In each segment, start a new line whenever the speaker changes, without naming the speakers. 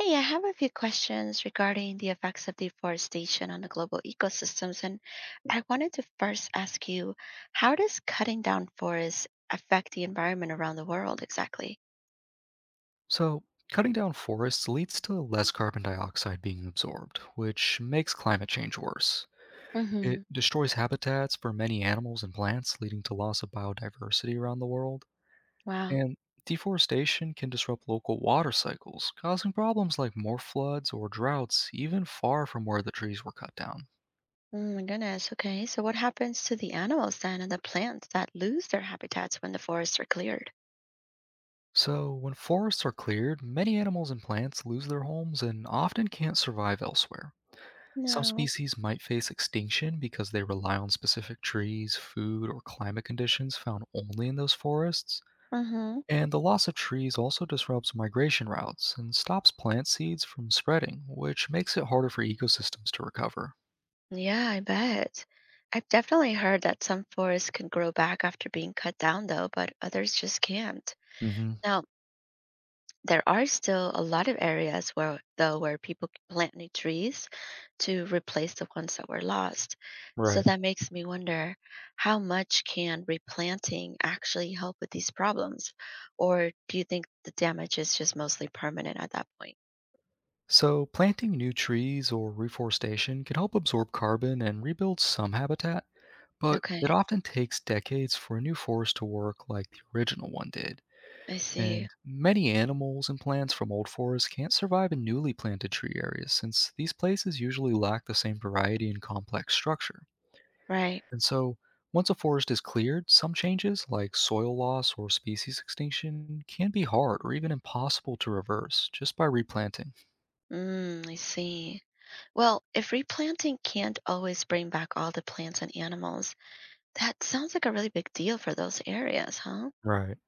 Hey, I have a few questions regarding the effects of deforestation on the global ecosystems, and I wanted to first ask you, how does cutting down forests affect the environment around the world exactly?
So, cutting down forests leads to less carbon dioxide being absorbed, which makes climate change worse.
Mm-hmm.
It destroys habitats for many animals and plants, leading to loss of biodiversity around the world.
Wow.
And deforestation can disrupt local water cycles, causing problems like more floods or droughts, even far from where the trees were cut down.
Oh my goodness. Okay. So what happens to the animals then and the plants that lose their habitats when the forests are cleared?
So, when forests are cleared, many animals and plants lose their homes and often can't survive elsewhere. Some
No.
species might face extinction because they rely on specific trees, food, or climate conditions found only in those forests.
Mm-hmm.
And the loss of trees also disrupts migration routes and stops plant seeds from spreading, which makes it harder for ecosystems to recover.
Yeah, I bet. I've definitely heard that some forests can grow back after being cut down though, but others just can't.
Hmm.
Now, there are still a lot of areas where people plant new trees to replace the ones that were lost, so
Right.
that makes me wonder, how much can replanting actually help with these problems, or do you think the damage is just mostly permanent at that point?
So, planting new trees or reforestation can help absorb carbon and rebuild some habitat, but it
Okay.
often takes decades for a new forest to work like the original one did.
I see.
And many animals and plants from old forests can't survive in newly planted tree areas since these places usually lack the same variety and complex structure.
Right.
And so, once a forest is cleared, some changes, like soil loss or species extinction, can be hard or even impossible to reverse just by replanting.
Mm, I see. Well, if replanting can't always bring back all the plants and animals, that sounds like a really big deal for those areas, huh?
Right.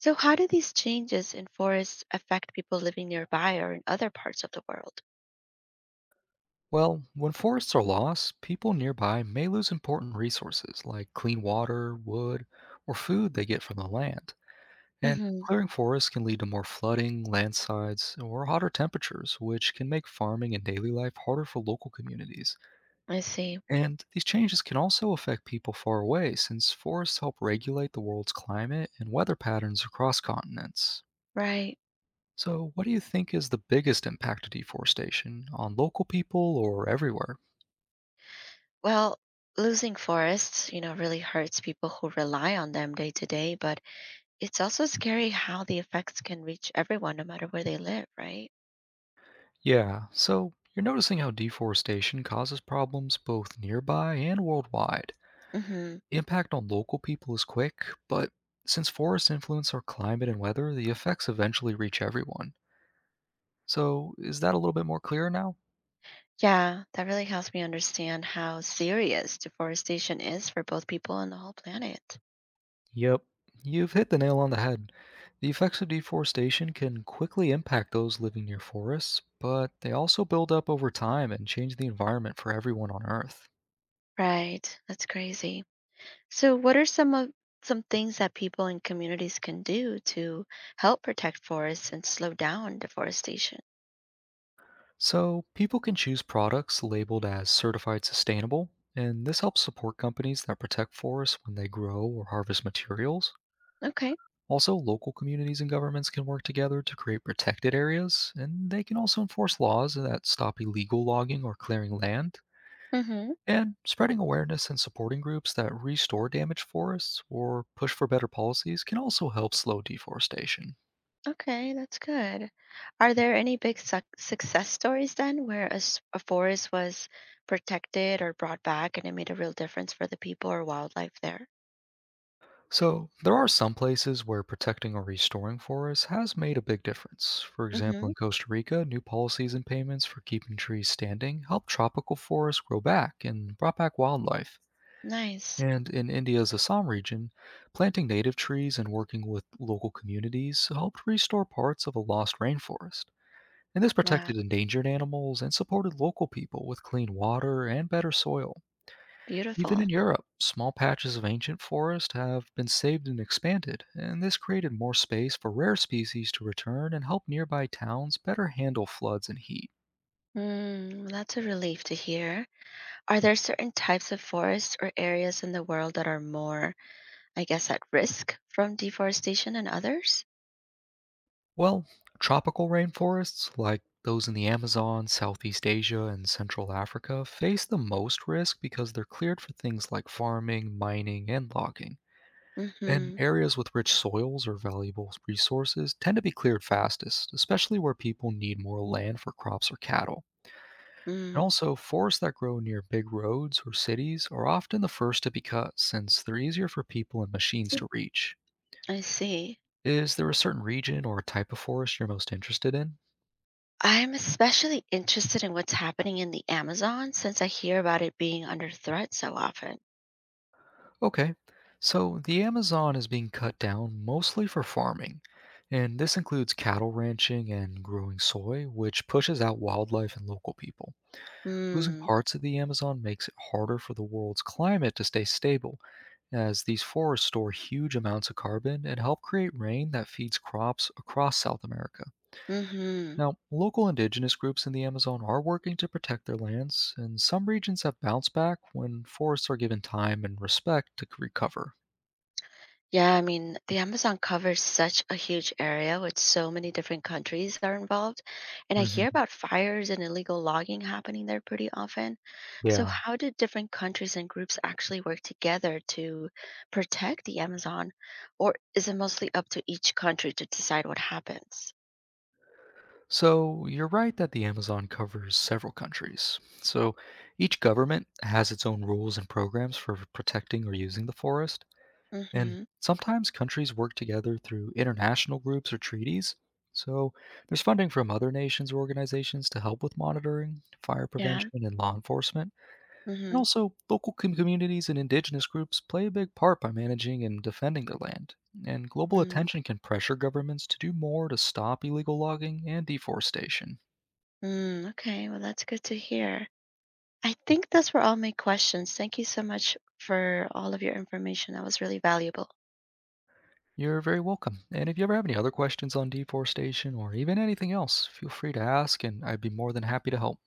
So, how do these changes in forests affect people living nearby or in other parts of the world?
Well, when forests are lost, people nearby may lose important resources like clean water, wood, or food they get from the land. And
Hmm.
clearing forests can lead to more flooding, landslides, or hotter temperatures, which can make farming and daily life harder for local communities.
I see.
And these changes can also affect people far away, since forests help regulate the world's climate and weather patterns across continents.
Right.
So, what do you think is the biggest impact of deforestation on local people or everywhere?
Well, losing forests, really hurts people who rely on them day to day, but it's also scary how the effects can reach everyone no matter where they live, right?
Yeah, so you're noticing how deforestation causes problems both nearby and worldwide.
Hmm.
Impact on local people is quick, but since forests influence our climate and weather, the effects eventually reach everyone. So, is that a little bit more clear now?
Yeah, that really helps me understand how serious deforestation is for both people and the whole planet.
Yep. You've hit the nail on the head. The effects of deforestation can quickly impact those living near forests, but they also build up over time and change the environment for everyone on Earth.
Right. That's crazy. So, what are some things that people and communities can do to help protect forests and slow down deforestation?
So, people can choose products labeled as certified sustainable, and this helps support companies that protect forests when they grow or harvest materials.
Okay.
Also, local communities and governments can work together to create protected areas, and they can also enforce laws that stop illegal logging or clearing land.
Mm-hmm.
And spreading awareness and supporting groups that restore damaged forests or push for better policies can also help slow deforestation.
Okay, that's good. Are there any big success stories then where a forest was protected or brought back and it made a real difference for the people or wildlife there?
So, there are some places where protecting or restoring forests has made a big difference. For example,
Mm-hmm.
in Costa Rica, new policies and payments for keeping trees standing helped tropical forests grow back and brought back wildlife.
Nice.
And in India's Assam region, planting native trees and working with local communities helped restore parts of a lost rainforest. And this
Wow,
protected endangered animals and supported local people with clean water and better soil. Even
beautiful.
in Europe, small patches of ancient forest have been saved and expanded, and this created more space for rare species to return and help nearby towns better handle floods and heat.
Mm, that's a relief to hear. Are there certain types of forests or areas in the world that are more, I guess, at risk from deforestation and others?
Well, tropical rainforests, like those in the Amazon, Southeast Asia, and Central Africa, face the most risk because they're cleared for things like farming, mining, and logging. And
Hmm.
areas with rich soils or valuable resources tend to be cleared fastest, especially where people need more land for crops or cattle. And
Mm,
also, forests that grow near big roads or cities are often the first to be cut since they're easier for people and machines to reach.
I see.
Is there a certain region or type of forest you're most interested in?
I'm especially interested in what's happening in the Amazon since I hear about it being under threat so often.
Okay, so the Amazon is being cut down mostly for farming, and this includes cattle ranching and growing soy, which pushes out wildlife and local people. Losing
Mm,
parts of the Amazon makes it harder for the world's climate to stay stable, as these forests store huge amounts of carbon and help create rain that feeds crops across South America.
mm-hmm.
Now, local indigenous groups in the Amazon are working to protect their lands, and some regions have bounced back when forests are given time and respect to recover.
Yeah, I mean, the Amazon covers such a huge area with so many different countries that are involved. And I hear
Mhm.
about fires and illegal logging happening there pretty often. So,
Yeah.
how do different countries and groups actually work together to protect the Amazon? Or is it mostly up to each country to decide what happens?
So you're right that the Amazon covers several countries. So each government has its own rules and programs for protecting or using the forest. And
Mm-hmm.
sometimes countries work together through international groups or treaties. So there's funding from other nations or organizations to help with monitoring, fire
Yeah.
prevention, and law enforcement. And
Mm-hmm.
also, local communities and indigenous groups play a big part by managing and defending their land. And global
Mm,
attention can pressure governments to do more to stop illegal logging and deforestation.
mm, okay. Well, that's good to hear. I think those were all my questions. Thank you so much for all of your information. That was really valuable.
You're very welcome. And if you ever have any other questions on deforestation or even anything else, feel free to ask, and I'd be more than happy to help.